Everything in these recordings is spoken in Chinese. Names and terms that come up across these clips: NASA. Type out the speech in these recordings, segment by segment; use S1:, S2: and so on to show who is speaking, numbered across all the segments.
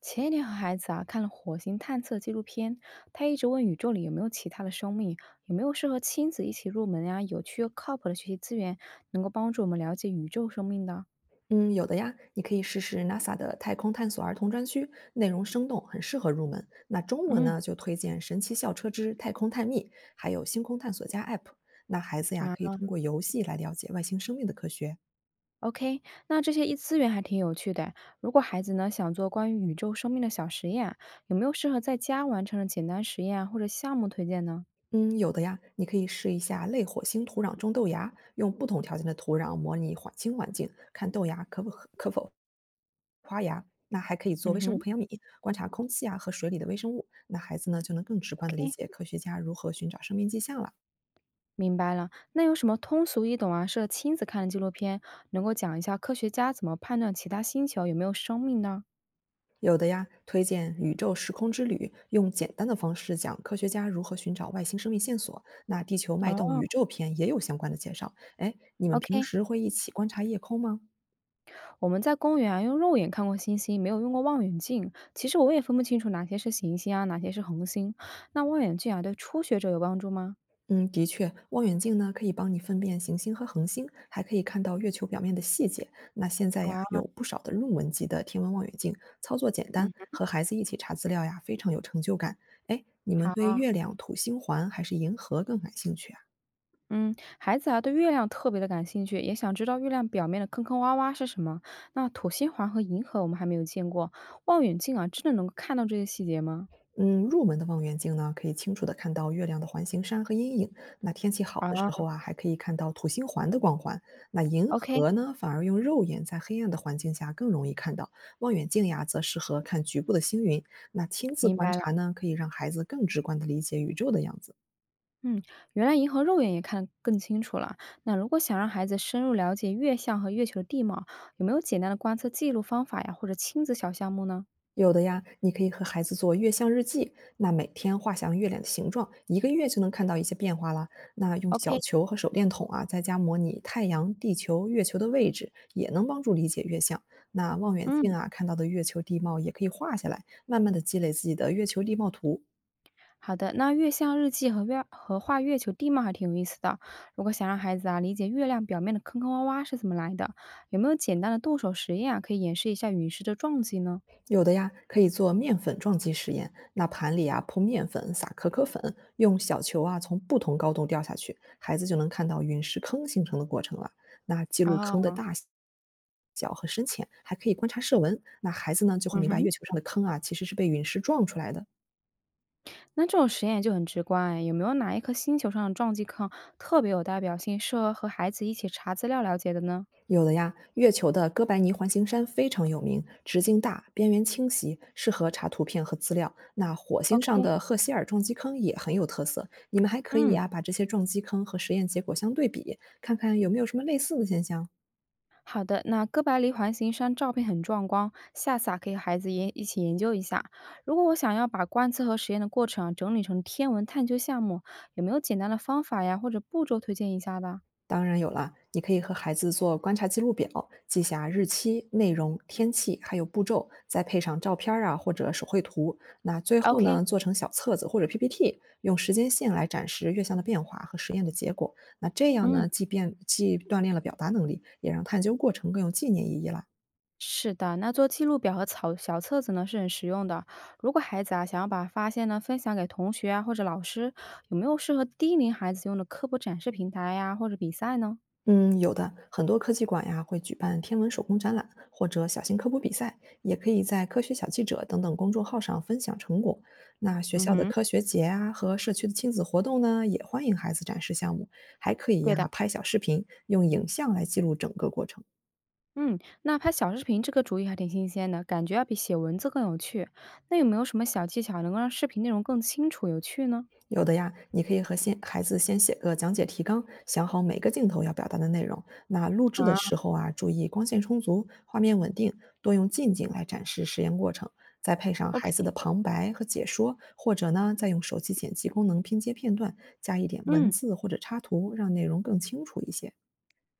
S1: 前一年和孩子啊看了火星探测纪录片，他一直问宇宙里有没有其他的生命，有没有适合亲子一起入门呀、有趣又靠谱的学习资源，能够帮助我们了解宇宙生命的。
S2: 嗯，有的呀，你可以试试 NASA 的太空探索儿童专区，内容生动，很适合入门。那中文
S1: 嗯
S2: 呢，就推荐《神奇校车之太空探秘》，还有《星空探索家》App。那孩子呀，
S1: 啊
S2: 可以通过游戏来了解外星生命的科学。
S1: ，OK，那这些一资源还挺有趣的。如果孩子呢想做关于宇宙生命的小实验啊，有没有适合在家完成的简单实验啊或者项目推荐呢？
S2: 嗯，有的呀，你可以试一下类火星土壤种豆芽，用不同条件的土壤模拟环星环境，看豆芽可否发芽。那还可以做
S1: 嗯
S2: 微生物
S1: 哼
S2: 培养皿，观察空气啊和水里的微生物，那孩子呢就能更直观的理
S1: ，OK。
S2: 解科学家如何寻找生命迹象了。
S1: 明白了，那有什么通俗易懂啊，适合亲子看的纪录片，能够讲一下科学家怎么判断其他星球有没有生命呢？
S2: 有的呀，推荐《宇宙时空之旅》，用简单的方式讲科学家如何寻找外星生命线索。那《地球脉动
S1: 哦，
S2: 宇宙篇》也有相关的介绍。哎，你们平
S1: ？OK，
S2: 时会一起观察夜空吗？
S1: 我们在公园啊用肉眼看过星星，没有用过望远镜。其实我也分不清楚哪些是行星啊，哪些是恒星。那望远镜啊对初学者有帮助吗？
S2: 嗯，的确，望远镜呢可以帮你分辨行星和恒星，还可以看到月球表面的细节。那现在呀，
S1: 啊，
S2: 有不少的入门级的天文望远镜，操作简单，
S1: 嗯，
S2: 和孩子一起查资料呀，非常有成就感。哎，你们对
S1: 好，
S2: 月亮、土星环还是银河更感兴趣啊？
S1: 嗯，孩子啊对月亮特别的感兴趣，也想知道月亮表面的坑坑洼洼是什么。那土星环和银河我们还没有见过，望远镜啊真的能够看到这些细节吗？
S2: 嗯，入门的望远镜呢，可以清楚地看到月亮的环形山和阴影。那天气好的
S1: 啊，
S2: 时候啊，还可以看到土星环的光环。那银
S1: OK，
S2: 河呢，反而用肉眼在黑暗的环境下更容易看到。望远镜呀，则适合看局部的星云。那亲自
S1: 明
S2: 观
S1: 白了。
S2: 察呢，可以让孩子更直观地理解宇宙的样子。
S1: 嗯，原来银河肉眼也看得更清楚了。那如果想让孩子深入了解月相和月球的地貌，有没有简单的观测记录方法呀，或者亲子小项目呢
S2: 有的呀，你可以和孩子做月相日记，那每天画像月亮的形状，一个月就能看到一些变化啦。那用
S1: ？OK，
S2: 小球和手电筒啊，在家模拟太阳、地球、月球的位置，也能帮助理解月相。那望远镜
S1: 嗯，
S2: 啊，看到的月球地貌也可以画下来，慢慢的积累自己的月球地貌图。
S1: 好的。那月相日记和月和画月球地貌还挺有意思的。如果想让孩子啊理解月亮表面的坑坑洼洼是怎么来的，有没有简单的动手实验啊，可以演示一下陨石的撞击呢？
S2: 有的呀，可以做面粉撞击实验。那盘里啊铺面粉，撒可可粉，用小球啊从不同高度掉下去，孩子就能看到陨石坑形成的过程了。那记录坑的
S1: 啊、
S2: 大小和深浅，还可以观察射纹。那孩子呢就会
S1: 嗯
S2: 明白
S1: 哼。
S2: 月球上的坑啊其实是被陨石撞出来的。
S1: 那这种实验就很直观哎，有没有哪一颗星球上的撞击坑特别有代表性，适合和孩子一起查资料了解的呢
S2: 有的呀，月球的哥白尼环形山非常有名，直径大，边缘清晰，适合查图片和资料。那火星上
S1: ？OK，
S2: 的赫希尔撞击坑也很有特色，你们还可以
S1: 嗯，
S2: 呀，把这些撞击坑和实验结果相对比，看看有没有什么类似的现象。
S1: 好的。那哥白尼环形山照片很壮观，下次啊可以和孩子研一起研究一下。如果我想要把观测和实验的过程啊整理成天文探究项目，有没有简单的方法呀或者步骤推荐一下的
S2: 当然有了，你可以和孩子做观察记录表，记下日期、内容、天气，还有步骤，再配上照片儿啊或者手绘图。那最后
S1: ？OK，
S2: 呢，做成小册子或者 PPT,用时间线来展示月相的变化和实验的结果。那这样
S1: 嗯。
S2: 呢，既变既锻炼了表达能力，也让探究过程更有纪念意义啦。
S1: 是的，那做记录表和草小册子呢是很实用的。如果孩子啊想要把发现呢分享给同学啊或者老师，有没有适合低龄孩子用的科普展示平台呀、或者比赛呢？
S2: 嗯，有的，很多科技馆呀会举办天文手工展览或者小型科普比赛，也可以在科学小记者等等公众号上分享成果。那学
S1: 嗯
S2: 校的
S1: 哼，
S2: 科学节啊和社区的亲子活动呢，也欢迎孩子展示项目，还可以
S1: 对
S2: 呀
S1: 的，
S2: 拍小视频，用影像来记录整个过程。
S1: 嗯，那拍小视频这个主意还挺新鲜的，感觉要比写文字更有趣。那有没有什么小技巧能够让视频内容更清楚有趣呢？
S2: 有的呀，你可以和孩子先写个讲解提纲，想好每个镜头要表达的内容。那录制的
S1: 啊
S2: 时候啊，注意光线充足，画面稳定，多用近景来展示实验过程，再配上孩
S1: ，OK，
S2: 子的旁白和解说，或者呢，再用手机剪辑功能拼接片段，加一点文
S1: 嗯。
S2: 字或者插图，让内容更清楚一些。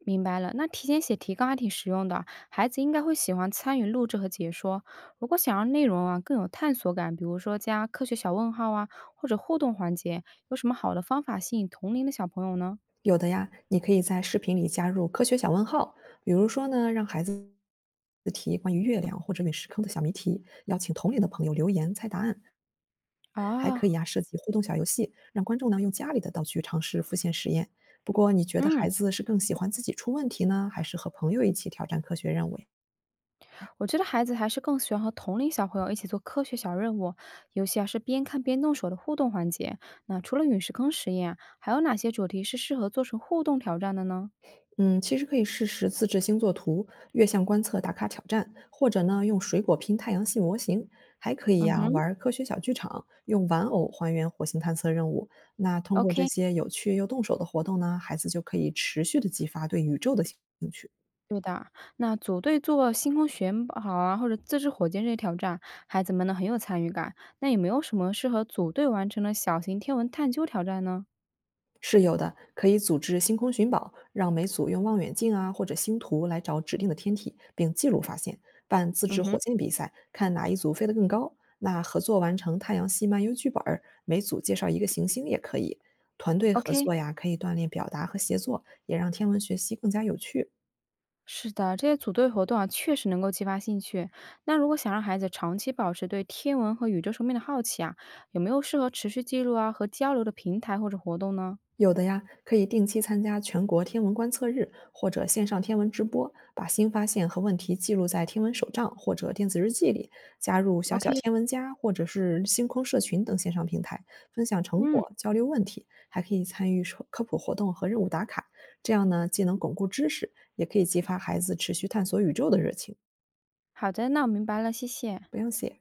S1: 明白了，那提前写提纲还挺实用的，孩子应该会喜欢参与录制和解说。如果想让内容啊更有探索感，比如说加科学小问号啊，或者互动环节，有什么好的方法吸引同龄的小朋友呢？
S2: 有的呀，你可以在视频里加入科学小问号，比如说呢，让孩子提关于月亮或者陨石坑的小谜题，邀请同龄的朋友留言猜答案，还可
S1: 啊，
S2: 以啊，设计互动小游戏，让观众呢用家里的道具尝试复现实验。不过，你觉得孩
S1: 嗯，
S2: 子是更喜欢自己出问题呢，还是和朋友一起挑战科学任务呀？
S1: 我觉得孩子还是更喜欢和同龄小朋友一起做科学小任务，尤其啊是边看边动手的互动环节。那除了陨石坑实验啊还有哪些主题是适合做成互动挑战的呢？
S2: 嗯，其实可以试试自制星座图、月相观测打卡挑战，或者呢用水果拼太阳系模型，还可以
S1: 嗯
S2: 呀、
S1: 哼
S2: 玩科学小剧场，用玩偶还原火星探测任务。那通过这
S1: ，OK。
S2: 些有趣又动手的活动呢，孩子就可以持续的激发对宇宙的兴趣。
S1: 对的，那组队做星空寻宝啊，或者自制火箭这些挑战，孩子们呢很有参与感。那有没有什么适合组队完成的小型天文探究挑战呢？
S2: 是有的，可以组织星空寻宝，让每组用望远镜啊或者星图来找指定的天体，并记录发现。办自制
S1: 嗯哼，
S2: 火箭比赛，看哪一组飞得更高。那合作完成太阳系漫游剧本儿，每组介绍一个行星也可以。团队合
S1: OK，
S2: 作呀，可以锻炼表达和协作，也让天文学习更加有趣。
S1: 是的，这些组队活动啊，确实能够激发兴趣。那如果想让孩子长期保持对天文和宇宙生命的好奇啊，有没有适合持续记录啊和交流的平台或者活动呢？
S2: 有的呀，可以定期参加全国天文观测日或者线上天文直播，把新发现和问题记录在天文手账或者电子日记里，加入小小
S1: OK，
S2: 天文家或者是星空社群等线上平台，分享成
S1: 嗯，
S2: 果、交流问题，还可以参与科普活动和任务打卡。这样呢，既能巩固知识，也可以激发孩子持续探索宇宙的热情。
S1: 好的，那我明白了，谢谢。
S2: 不用谢。